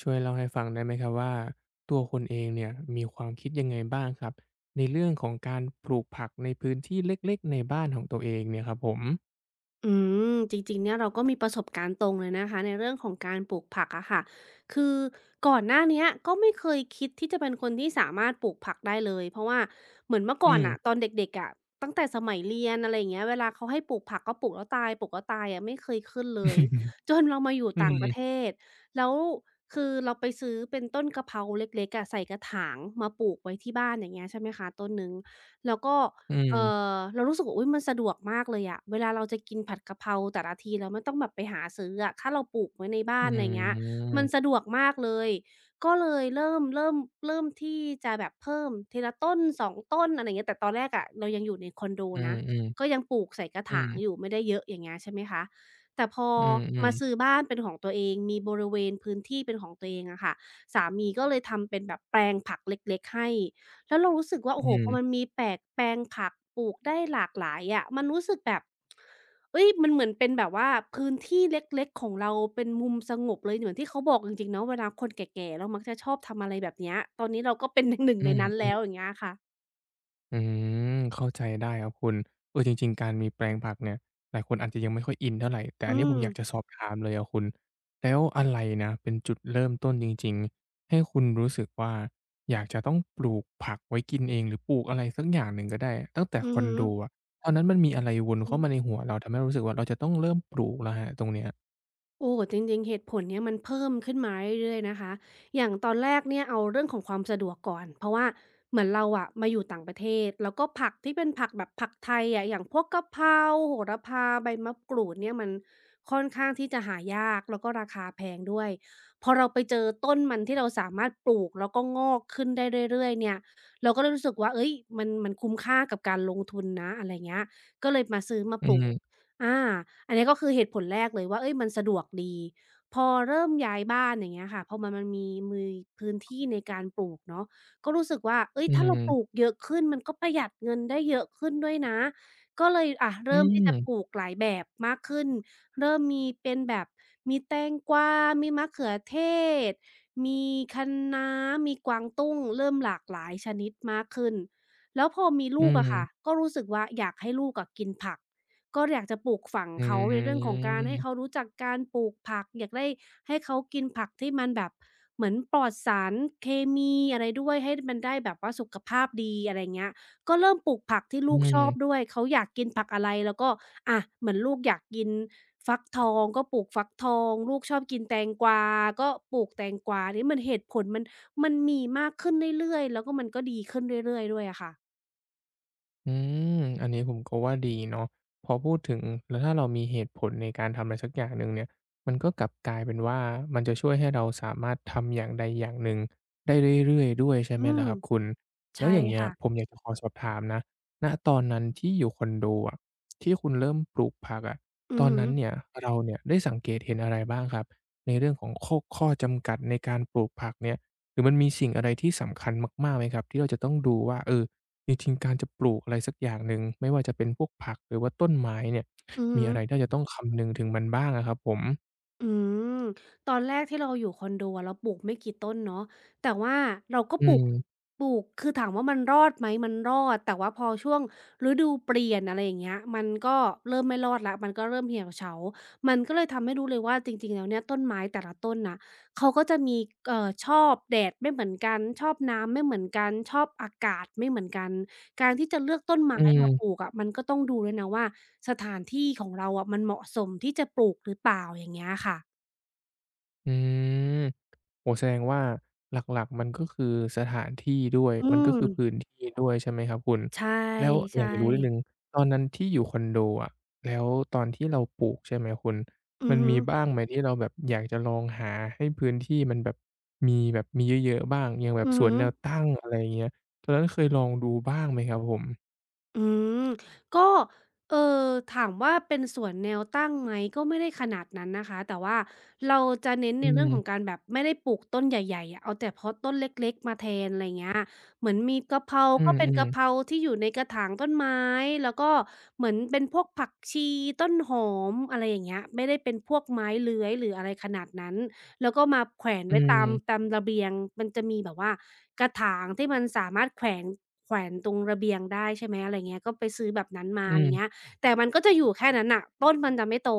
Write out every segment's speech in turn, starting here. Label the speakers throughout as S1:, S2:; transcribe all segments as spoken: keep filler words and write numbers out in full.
S1: ช่วยเล่าให้ฟังได้ไหมครับว่าตัวคุณเองเนี่ยมีความคิดยังไงบ้างครับในเรื่องของการปลูกผักในพื้นที่เล็กๆในบ้านของตัวเองเนี่ยครับผม
S2: อืมจริงๆเนี่ยเราก็มีประสบการณ์ตรงเลยนะคะในเรื่องของการปลูกผักอะค่ะคือก่อนหน้าเนี้ยก็ไม่เคยคิดที่จะเป็นคนที่สามารถปลูกผักได้เลยเพราะว่าเหมือนเมื่อ
S1: อื
S2: ก่อน
S1: ม
S2: อะตอนเด็กๆอะตั้งแต่สมัยเรียนอะไรอย่างเงี้ยเวลาเขาให้ปลูกผักก็ปลูกแล้วตายปลูกแล้วตายอะไม่เคยขึ้นเลย จนเรามาอยู่
S1: อื
S2: ต่างประเท
S1: ม
S2: ศแล้วคือเราไปซื้อเป็นต้นกะเพราเล็กๆอะใส่กระถางมาปลูกไว้ที่บ้านอย่างเงี้ยใช่ไหมคะต้นหนึ่งแล้วก็
S1: อื
S2: เอ่
S1: ม
S2: อเรารู้สึกว่าอุ๊ยมันสะดวกมากเลยอะเวลาเราจะกินผัดกะเพราแต่ละทีเราไม่ต้องแบบไปหาซื้ออะถ้าเราปลูกไว้ในบ้า
S1: อื
S2: นไรเงี้ย
S1: ม
S2: มันสะดวกมากเลยก็เลยเริ่มเริ่มเริ่มที่จะแบบเพิ่มทีละต้นสองต้นอะไรเงี้ยแต่ตอนแรกอะเรายังอยู่ในคอนโด
S1: อื
S2: นะก็
S1: อ
S2: ยังปลูกใส่กระ
S1: อื
S2: ถา
S1: อ
S2: ง
S1: ๆ
S2: อยู่ไม่ได้เยอะอย่างเงี้ยใช่ไหมคะแต่พอ
S1: อืมออ
S2: มาซื้อ
S1: ๆ
S2: บ้านเป็นของตัวเองมีบริเวณพื้นที่เป็นของตัวเองอะค่ะสามีก็เลยทำเป็นแบบแปลงผักเล็กๆให้ แล้วเรารู้สึกว่าโอ้โฮ
S1: อ
S2: พอมันมีแปลกแปลงผักปลูกได้หลากหลายอะมันรู้สึกแบบเฮ้ยมันเหมือนเป็นแบบว่าพื้นที่เล็กๆของเราเป็นมุมสงบเลยเหมือนที่เขาบอกจริงๆเนาะเวลาคนแก่ๆแล้วมักจะชอบทำอะไรแบบเนี้ยตอนนี้เราก็เป็น หนึ่ง
S1: ื
S2: ในนั้น
S1: ม
S2: แล้วอ
S1: ๆ
S2: ย่างเงี้ยค่ะ
S1: อืมเข้าใจได้ครับคุณเออจริงๆการมีแปลงผักเนี่ยหลายคนอาจจะยังไม่ค่อยอินเท่าไรแต่อัน
S2: อื
S1: นี้ผม
S2: ม
S1: อยากจะสอบถามเลยอะคุณแล้วอะไรนะเป็นจุดเริ่มต้นจริงๆให้คุณรู้สึกว่าอยากจะต้องปลูกผักไว้กินเองหรือปลูกอะไรสักอย่างหนึ่งก็ได้ตั้งแต่
S2: อื
S1: ค
S2: อ
S1: อน
S2: ฮึ
S1: โดอะตอนนั้นมันมีอะไรวน
S2: อือ
S1: เข้ามาในหัวเราทำให้เรารู้สึกว่าเราจะต้องเริ่มปลูกแล้วครับตรงเนี้ย
S2: โอ้จริงๆเหตุผลเนี้ยมันเพิ่มขึ้นมาเรื่อยๆนะคะอย่างตอนแรกเนี่ยเอาเรื่องของความสะดวกก่อนเพราะว่าเหมือนเราอะมาอยู่ต่างประเทศแล้วก็ผักที่เป็นผักแบบผักไทยอะอย่างพวกกะเพราโหระพาใบมะกรูดเนี่ยมันค่อนข้างที่จะหายากแล้วก็ราคาแพงด้วยพอเราไปเจอต้นมันที่เราสามารถปลูกแล้วก็งอกขึ้นได้เรื่อยๆเนี่ยเราก็เลยรู้สึกว่าเฮ้ยมันมันคุ้มค่ากับการลงทุนนะอะไรเงี้ยก็เลยมาซื้อมา
S1: อื
S2: ปลูก
S1: ม
S2: อาอันนี้ก็คือเหตุผลแรกเลยว่าเฮ้ยมันสะดวกดีพอเริ่มย้ายบ้านอย่างเงี้ยค่ะพอมันมันมีมีพื้นที่ในการปลูกเนาะก็รู้สึกว่าเฮ้ย
S1: อื
S2: ถ้าเราป
S1: ม
S2: ลูกเยอะขึ้นมันก็ประหยัดเงินได้เยอะขึ้นด้วยนะก็เลยอะ
S1: อื
S2: เริ่มที่จะป
S1: ม
S2: ลูกหลายแบบมากขึ้นเริ่มมีเป็นแบบมีแตงกวามีมะเขือเทศมีคะน้ามีกวางตุ้งเริ่มหลากหลายชนิดมากขึ้นแล้วพอมี
S1: อื
S2: ลูกอะค่ะ
S1: ม
S2: ก็รู้สึกว่าอยากให้ลูกอะกินผัก ก็อยากจะปลูกฝัง
S1: อื
S2: เขาในเรื่องของการให้เขา
S1: ม
S2: รู้จักการปลูกผักอยากได้ให้เขากินผักที่มันแบบเหมือนปลอดสารเคมีอะไรด้วยให้มันได้แบบว่าสุขภาพดีอะไรเงี้ยก็เริ่มปลูกผักที่
S1: อื
S2: ลูกชอบ
S1: ม
S2: ด้วยเขาอยากกินผักอะไรแล้วก็อะเหมือนลูกอยากกินฟักทองก็ปลูกฟักทองลูกชอบกินแตงกวาก็ปลูกแตงกวานี่มันเหตุผลมันมันมีมากขึ้นเรื่อยๆแล้วก็มันก็ดีขึ้นเรื่อยๆด้วยอะค่ะ
S1: อืมอันนี้ผมก็ว่าดีเนาะพอพูดถึงแล้วถ้าเรามีเหตุผลในการทำอะไรสักอย่างหนึ่งเนี่ยมันก็กลับกลายเป็นว่ามันจะช่วยให้เราสามารถทำอย่างใดอย่างหนึ่งได้เรื่อยๆด้วยใช่
S2: อื
S1: ไหม
S2: ม
S1: ล่ะครับคุณแล้
S2: ใช่
S1: วอย่างเงี้ย
S2: ค่ะ
S1: ผมอยากจะขอสอบถามนะณตอนนั้นที่อยู่คอนโดอะที่คุณเริ่มปลูกผักอะ
S2: อื
S1: ต
S2: อ
S1: อน
S2: ฮึ
S1: นั้นเนี่ยเราเนี่ยได้สังเกตเห็นอะไรบ้างครับในเรื่องของข้อข้อจำกัดในการปลูกผักเนี่ยหรือมันมีสิ่งอะไรที่สำคัญมากๆไหมครับที่เราจะต้องดูว่าเออ จริงๆการจะปลูกอะไรสักอย่างหนึ่งไม่ว่าจะเป็นพวกผักหรือว่าต้นไม้เนี่ย
S2: อือฮึ
S1: มีอะไรที่เราจะต้องคำนึงถึงมันบ้างอะครับผม
S2: อืมตอนแรกที่เราอยู่คอนโดอะเราปลูกไม่กี่ต้นเนาะแต่ว่าเราก็
S1: อื
S2: ปลูก
S1: ม
S2: ปลูกคือถามว่ามันรอดไหมมันรอดแต่ว่าพอช่วงฤดูเปลี่ยนอะไรอย่างเงี้ยมันก็เริ่มไม่รอดแล้วมันก็เริ่มเหี่ยวเฉามันก็เลยทำให้รู้เลยว่าจริงๆแล้วเนี่ยต้นไม้แต่ละต้นน่ะเขาก็จะมีเอ่อชอบแดดไม่เหมือนกันชอบน้ำไม่เหมือนกันชอบอากาศไม่เหมือนกันการที่จะเลือกต้นไม้
S1: อื
S2: มา
S1: ม
S2: ปลูกอะมันก็ต้องดูด้วยนะว่า สถานที่ของเราอะมันเหมาะสมที่จะปลูกหรือเปล่าอย่างเงี้ยค่ะ
S1: อืมโอ้แสดงว่าหลักๆมันก็คือสถานที่ด้วย
S2: อื
S1: มันก็
S2: ม
S1: คือพื้นที่ด้วยใช่ไหมครับคุณ
S2: ใช
S1: แล้วอยา
S2: ่
S1: กจะรู้นิดหนึ่ง
S2: ๆ
S1: ตอนนั้นที่อยู่คอนโดอะแล้วตอนที่เราปลูกใช่ไหมคุณ
S2: อื
S1: มั
S2: อ
S1: น
S2: ฮึ
S1: มีบ้างไหมที่เราแบบอยากจะลองหาให้พื้นที่มันแบบมีแบบมีเยอะๆบ้างอย่างแบบ
S2: อือ
S1: สวน
S2: ฮึ
S1: แนวตั้งอะไรอย่างเงี้ยตอนนั้นเคยลองดูบ้างไหมครับผม
S2: อืมก็เอ่อถามว่าเป็นสวนแนวตั้งไหมก็ไม่ได้ขนาดนั้นนะคะแต่ว่าเราจะเน้นใน
S1: อื
S2: เรื่องขอ
S1: ม
S2: งการแบบไม่ได้ปลูกต้นใหญ่ๆอะเอาแต่เพาะต้นเล็กๆมาแทนอะไรเงี้ยเหมือนมีกะเพรา
S1: อื
S2: ก็เป็น
S1: ม
S2: กะเพรา
S1: ๆ
S2: ที่อยู่ในกระถางต้นไม้แล้วก็เหมือนเป็นพวกผักชีต้นหอมอะไรอย่างเงี้ยไม่ได้เป็นพวกไม้เลื้อยหรืออะไรขนาดนั้น แล้วก็มาแขวน
S1: อื
S2: ไว้ตาม
S1: ม
S2: ตามระเบียงมันจะมีแบบว่ากระถางที่มันสามารถแขวนแขวนตรงระเบียงได้ใช่ไหมอะไรเงี้ยก็ไปซื้อแบบนั้นมา
S1: อื
S2: อะไร
S1: ม
S2: เงี้ยแต่มันก็จะอยู่แค่นั้นน่ะต้นมันจะไม่โต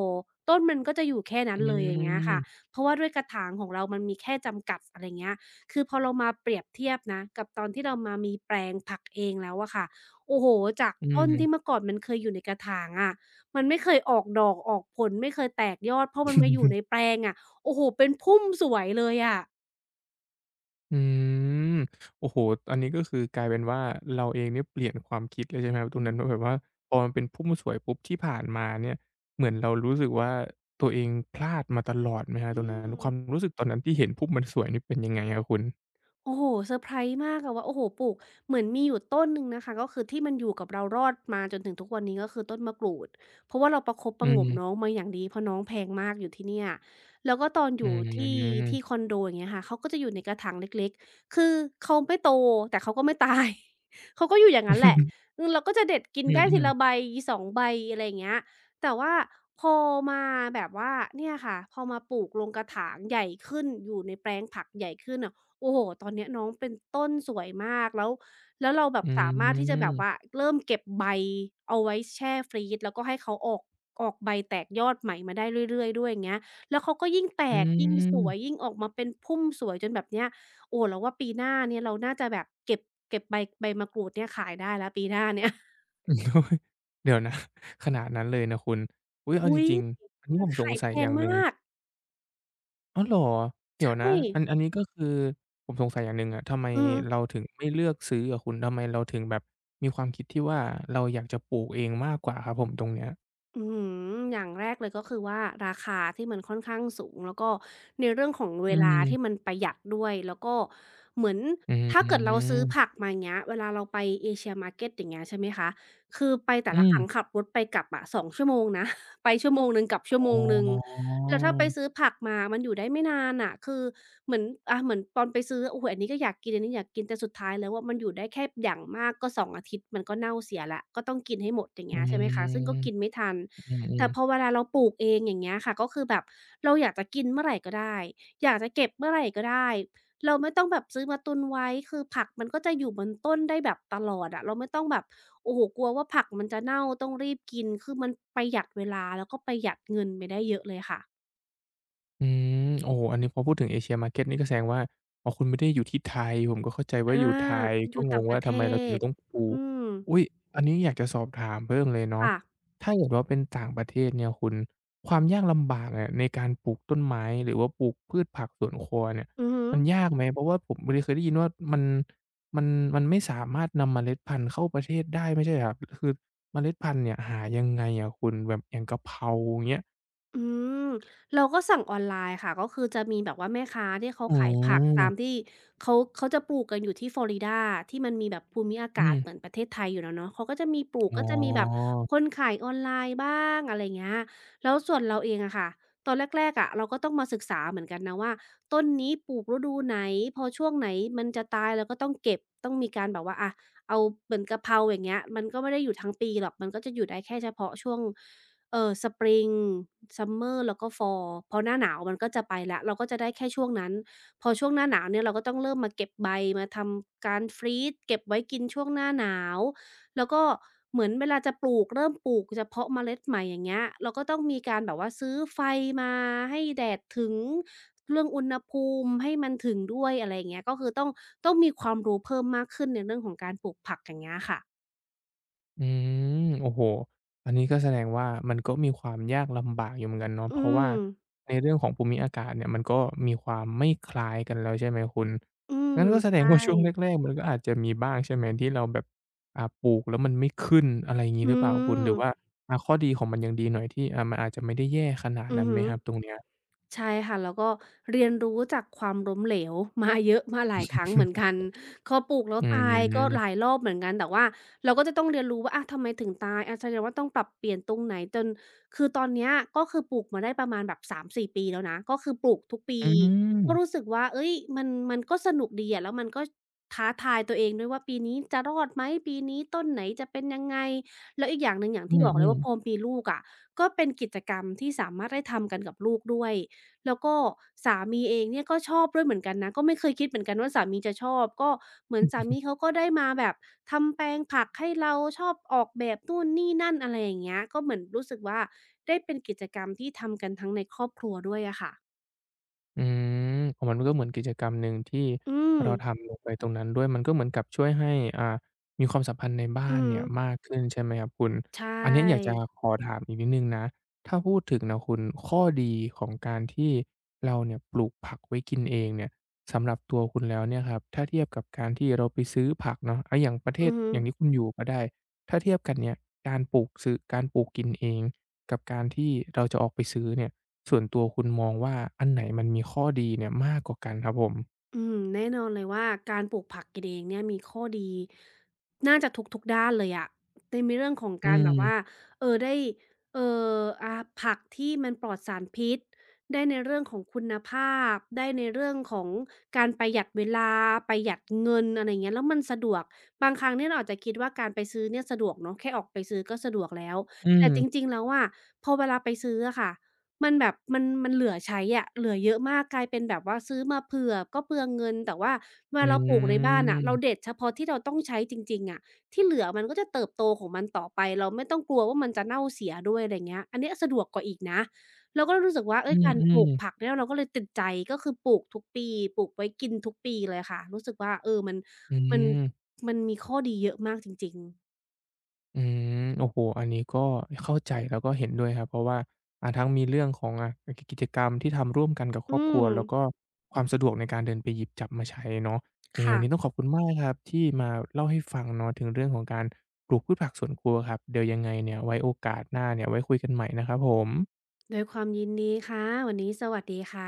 S2: ต้นมันก็จะอยู่แค่นั้
S1: อื
S2: นเลยอย่างเงี้ยค่ะ
S1: ม
S2: เพราะว่าด้วยกระถางของเรามันมีแค่จำกัดอะไรเงี้ยคือพอเรามาเปรียบเทียบนะกับตอนที่เรามามีแปลงผักเองแล้วอะค่ะโอ้โฮจาก
S1: อ
S2: ต้นที่
S1: ื
S2: เมื่อก่อนมันเคยอยู่ในกระถางอะมันไม่เคยออกดอกออกผลไม่เคยแตกยอดพอมันมาอยู่
S1: ม
S2: ในแปลงอะ โอ้โห เป็นพุ่มสวยเลยอะ
S1: อืมโอ้โฮอันนี้ก็คือกลายเป็นว่าเราเองเนี่ยเปลี่ยนความคิดเลยใช่ไหมครับต
S2: อื
S1: รง
S2: อ
S1: นั้นว่าแบบว่าพอมันเป็นพุ่มสวยปุ๊บที่ผ่านมาเนี่ยเหมือนเรารู้สึกว่าตัวเองพลาดมาตลอดไหมครับ
S2: อื
S1: ตรงนั้น
S2: ม
S1: ความรู้สึกตอนนั้นที่เห็นพุ่มมันสวยนี่เป็นยังไงครับคุณ
S2: โอ้โฮเซอร์ไพรส์มากอะว่าโอ้โฮปลูกเหมือนมีอยู่ต้นหนึ่งนะคะก็คือที่มันอยู่กับเรารอดมาจนถึงทุกวันนี้ก็คือต้นมะกรูดเพราะว่าเราประคบป
S1: อื
S2: ระหงมน้อง
S1: ม
S2: มาอย่างดีเพราะน้องแพงมากอยู่ที่เนี่ยแล้วก็ตอนอ
S1: อื
S2: ยู่
S1: ม
S2: ที่
S1: อืม
S2: ที่คอ นโดอย่างเงี้ยค่ะเขาก็จะอยู่ในกระถางเล็กๆคือเขาไม่โตแต่เขาก็ไม่ตาย เขาก็อยู่อย่างงั้นแหละ
S1: ๆ
S2: อืมเราก็จะเด็ดกิน
S1: อื
S2: ได้
S1: ม
S2: ทีละใบสองใบอะไรอย่างเงี้ยแต่ว่าพอมาแบบว่าเนี่ยค่ะพอมาปลูกลงกระถางใหญ่ขึ้นอยู่ในแปลงผักใหญ่ขึ้นอะ โอ้โฮตอนเนี้ยน้องเป็นต้นสวยมากแล้วแล้วเราแบบสามารถที่จะแบบว่าเริ่มเก็บใบเอาไว้แช่ฟรีซแล้วก็ให้เขาออกออกใบแตกยอดใหม่มาได้เรื่อยๆด้วยอย่างเงี้ยแล้วเขาก็ยิ่งแต
S1: อื
S2: กยิ่งสวย
S1: ม
S2: ยิ่งออกมาเป็นพุ่มสวยจนแบบเนี้ยโอ้เราว่าปีหน้าเนี่ยเราน่าจะแบบเก็บเก็บใบใบมะกรูดเนี่ยขายได้แล้วปีหน้าเนี่ย
S1: โอ๊ยเดี๋ยวนะ ขนาดนั้นเลยนะคุณอุ๊ยเอาจ
S2: อุ๊ย
S1: ริงๆอันนี้
S2: มั
S1: ผ
S2: น
S1: มสง
S2: ขาย
S1: สั
S2: แพ
S1: ยอ
S2: ง
S1: ย่าง
S2: ม
S1: หนึ่ง
S2: าก
S1: อ๋อเหรอเดี๋
S2: ใช
S1: ยวนะ
S2: ่
S1: อันอันนี้ก็คือผมสงสัยอย่างหนึ่งอะทำไม
S2: อืม
S1: เราถึงไม่เลือกซื้ออะคุณทำไมเราถึงแบบมีความคิดที่ว่าเราอยากจะปลูกเองมากกว่าครับผมตรงเนี้ย
S2: อืมอย่างแรกเลยก็คือว่าราคาที่มันค่อนข้างสูงแล้วก็ในเรื่องของเว
S1: อื
S2: ลาที่มัน
S1: ม
S2: ประหยัดด้วยแล้วก็เหมือน
S1: อื
S2: ถ้าเกิดเราซื้อ
S1: ม
S2: ผักมาอย่างเงี้ยเวลาเราไป เอเชีย มาร์เก็ต อย่างเงี้ยใช่ไหมคะคือไปแต่ละ
S1: อื
S2: ครั้ง
S1: ม
S2: ขับรถไปกลับอะสองชั่วโมงนะ ไปชั่วโมงหนึ่งกลับชั่ว
S1: อ๋
S2: โมงหนึ่ง
S1: อ
S2: แล้วถ้าไปซื้อผักมามันอยู่ได้ไม่นานน่ะคือเหมือนอาเหมือนตอนไปซื้อโอ้โฮอันนี้ก็อยากกินอันนี้อยากกินแต่สุดท้ายแล้วอะมันอยู่ได้แค่อย่างมากก็สองอาทิตย์มันก็เน่าเสียแล้วก็ต้องกินให้หมดอย่าง
S1: อื
S2: เงี้ย
S1: ม
S2: ใช่ไหมคะซึ่งก็กินไม่ทัน
S1: อืมอื
S2: แต่พอ
S1: ม
S2: เวลาเราปลูกเองอย่างเงี้ยค่ะก็คือแบบเราอยากจะกินเมื่อไหร่ก็ได้อยากจะเก็บเมื่อไหร่ก็ได้เราไม่ต้องแบบซื้อมาตุนไว้คือผักมันก็จะอยู่บนต้นได้แบบตลอดอะเราไม่ต้องแบบโอ้โฮกลัวว่าผักมันจะเน่าต้องรีบกินคือมันประหยัดเวลาแล้วก็ประหยัดเงินไปได้เยอะเลยค่ะ
S1: อืมโอ้โฮอันนี้พอพูดถึง Asia Market นี่ก็แสดงว่าอ๋อคุณไม่ได้อยู่ที่ไทยผมก็เข้าใจว่า
S2: อา
S1: อยู่ไทย
S2: อ
S1: ก็
S2: ยู่
S1: ง
S2: ต่า
S1: ง
S2: งป
S1: ว่า
S2: ระเท
S1: ทำไมเราถึง
S2: ศ
S1: ต้องปู
S2: อืม
S1: อุ๊ยอันนี้อยากจะสอบถามเพิ่มเลยเนาะ
S2: ค่ะ
S1: ถ้าเกิดว่าเป็นต่างประเทศเนี่ยคุณความยากลำบากเนี่ยในการปลูกต้นไม้หรือว่าปลูกพืชผักสวนครัวเนี่ย
S2: อือฮึ
S1: มันยากไหมเพราะว่าผมไม่ได้เคยได้ยินว่ามันมันมันไม่สามารถนำเมล็ดพันธุ์เข้าประเทศได้ไม่ใช่เหรอครับคือเมล็ดพันธุ์เนี่ยหายังไงอะคุณแบบอย่างกะเพราอย่างเงี้ย
S2: อืมเราก็สั่งออนไลน์ค่ะก็คือจะมีแบบว่าแม่ค้าที่เขา
S1: อ๋
S2: ขายผัก
S1: อ
S2: ตามที่เขาเขาจะปลูกกันอยู่ที่ฟลอริดาที่มันมีแบบภูมิอา
S1: อื
S2: กาศ
S1: ม
S2: เหมือนประเทศไทยอยู่แล้วเนาะเขาก็จะมีปลูก
S1: อ๋อ
S2: ก็จะมีแบบคนขายออนไลน์บ้างอะไรเงี้ยแล้วส่วนเราเองอะค่ะตอนแรกๆอะเราก็ต้องมาศึกษาเหมือนกันนะว่าต้นนี้ปลูกฤดูไหนพอช่วงไหนมันจะตายเราก็ต้องเก็บต้องมีการแบบว่าอะเอาเหมือนกะเพราอย่างเงี้ยมันก็ไม่ได้อยู่ทั้งปีหรอกมันก็จะอยู่ได้แค่เฉพาะช่วง เอ่อ สปริง ซัมเมอร์ แล้วก็ ฟอล พอหน้าหนาวมันก็จะไปแล้วเราก็จะได้แค่ช่วงนั้นพอช่วงหน้าหนาวเนี่ยเราก็ต้องเริ่มมาเก็บใบมาทำการ ฟรีซ เก็บไว้กินช่วงหน้าหนาวแล้วก็เหมือนเวลาจะปลูกเริ่มปลูกจะเพาะเมล็ดใหม่อย่างเงี้ยเราก็ต้องมีการแบบว่าซื้อไฟมาให้แดดถึงเรื่องอุณหภูมิให้มันถึงด้วยอะไรอย่างเงี้ยก็คือต้องต้องมีความรู้เพิ่มมากขึ้นในเรื่องของการปลูกผักอย่างเงี้ยค่ะ
S1: อืมโอ้โฮอันนี้ก็แสดงว่ามันก็มีความยากลำบากอยู่เหมือนกันเนาะเพ
S2: อื
S1: ราะว่า
S2: ม
S1: ในเรื่องของภูมิอากาศเนี่ยมันก็มีความไม่คล้ายกันแล้วใช่ไหมคุณ
S2: อืม
S1: งั้นก็แสดง
S2: ใช่
S1: ว่าช่วงแรกๆมันก็อาจจะมีบ้างใช่ไหมที่เราแบบอ่าปลูกแล้วมันไม่ขึ้นอะไรอย่างงี้
S2: อื
S1: หรือเปล่าคุณ หรือว่า
S2: ม
S1: อ่าข้อดีของมันยังดีหน่อยที่อ่ามันอาจจะไม่ได้แย่ขนาด
S2: อือ
S1: นั้นไห
S2: หื
S1: ม
S2: อ
S1: ครับตรงเนี้ย
S2: ใช่ค่ะแล้วก็เรียนรู้จากความล้มเหลว มาเยอะมาหลายครั้งเหมือนกันพอปลูกแล้ว
S1: อื
S2: ตายก็หลาย
S1: ม
S2: รอบเหมือนกันแต่ว่าเราก็จะต้องเรียนรู้ว่าอาทำไมถึงตายอาแสดงว่าต้องปรับเปลี่ยนตรงไหนจนคือตอนเนี้ยก็คือปลูกมาได้ประมาณแบบสามสี่ปีแล้วนะก็คือปลูกทุกปี
S1: อื
S2: ก็รู้
S1: ม
S2: สึกว่าเฮ้ยมันมันก็สนุกดีอะแล้วมันก็ท้าทายตัวเองด้วยว่าปีนี้จะรอดไหมปีนี้ต้นไหนจะเป็นยังไงแล้วอีกอย่างหนึ่งอย่าง
S1: อื
S2: ที่บอกเลย
S1: ม
S2: ว่าพอ
S1: ๆ
S2: มีลูกอะก็เป็นกิจกรรมที่สามารถได้ทำกันกับลูกด้วย แล้วก็สามีเองเนี่ยก็ชอบด้วยเหมือนกันนะก็ไม่เคยคิดเหมือนกันว่าสามีจะชอบก็เหมือนสามีเขาก็ได้มาแบบทำแปลงผักให้เราชอบออกแบบนู่นนี่นั่นอะไรอย่างเงี้ยก็เหมือนรู้สึกว่าได้เป็นกิจกรรมที่ทำกันทั้งในครอบครัวด้วยอะค่ะ
S1: อืมอ๋อมันก็เหมือนกิจกรรมหนึ่งที่
S2: อืม
S1: เราทำลงไปตรงนั้นด้วยมันก็เหมือนกับช่วยให้อ่ามีความสัมพันธ์ในบ้า
S2: อื
S1: น
S2: อฮึ
S1: เนี่ยมากขึ้นใช่ไหมครับคุณ
S2: ใช
S1: อันเนี้ยอยากจะ
S2: ่
S1: ขอถามอีกนิดหนึ่งนะถ้าพูดถึงนะคุณข้อดีของการที่เราเนี่ยปลูกผักไว้กินเองเนี่ยสำหรับตัวคุณแล้วเนี่ยครับถ้าเทียบกับการที่เราไปซื้อผักเนาะอาอย่างประเท
S2: อื
S1: ศ
S2: อฮึ
S1: อย่างที่คุณอยู่ก็ได้ถ้าเทียบกันเนี่ยการปลูกซื้อการปลูกกินเองกับการที่เราจะออกไปซื้อเนี่ย ส่วนตัวคุณมองว่าอันไหนมันมีข้อดีเนี่ยมากกว่ากันครับผม
S2: อืมแน่นอนเลยว่าการปลูกผักกินเองเนี่ยมีข้อดีน่าจะทุกๆด้านเลยอะในมนเรื่องของ
S1: อื
S2: การแบบว่า
S1: ม
S2: เออได้เอ่ออ่าผักที่มันปลอดสารพิษได้ในเรื่องของคุณภาพได้ในเรื่องของการประหยัดเวลาประหยัดเงินอะไรอย่างเงี้ยแล้วมันสะดวกบางครั้งเนี่ยเราอาจจะคิดว่าการไปซื้อเนี่ยสะดวกเนาะแค่ออกไปซื้อก็สะดวกแล้ว
S1: อื
S2: แต่
S1: ม
S2: จริงๆแล้วอะพอเวลาไปซื้ออะค่ะ มันแบบมันมันเหลือใช้อะเหลือเยอะมากกลายเป็นแบบว่าซื้อมาเผื่อก็เปลืองเงินแต่ว่าเว
S1: อื
S2: ลาเราปลูกในบ้านน่ะ
S1: ม
S2: เราเด็ดเฉพาะที่เราต้องใช้จริงๆอะที่เหลือมันก็จะเติบโตของมันต่อไปเราไม่ต้องกลัวว่ามันจะเน่าเสียด้วยอะไรเงี้ยอันเนี้ยสะดวกกว่าอีกนะเราก็รู้สึกว่า
S1: อื
S2: เฮ้ย
S1: ม
S2: การ
S1: อื
S2: ปลู
S1: ม
S2: กผักเนี่ยเราก็เลยติดใจก็คือปลูกทุกปีปลูกไว้กินทุกปีเลยค่ะรู้สึกว่าเออมัน
S1: อื
S2: มัน
S1: ม
S2: มันมีข้อดีเยอะมากจริงๆ
S1: อืมโอ้โฮอันนี้ก็เข้าใจแล้วก็เห็นด้วยครับเพราะว่าอ่าทั้งมีเรื่องของอ่ากกิจกรรมที่ทำร่วมกันกับค
S2: อื
S1: รอบครัว
S2: ม
S1: แล้วก็ความสะดวกในการเดินไปหยิบจับมาใช้เนาะยังไง
S2: ค่ะ
S1: วันนี้ต้องขอบคุณมากครับที่มาเล่าให้ฟังเนาะถึงเรื่องของการปลูกพืชผักสวนครัวครับเดี๋ยวยังไงเนี่ยไว้โอกาสหน้าเนี่ยไว้คุยกันใหม่นะครับผม
S2: ด้วยความยินดีค่ะวันนี้สวัสดีค่ะ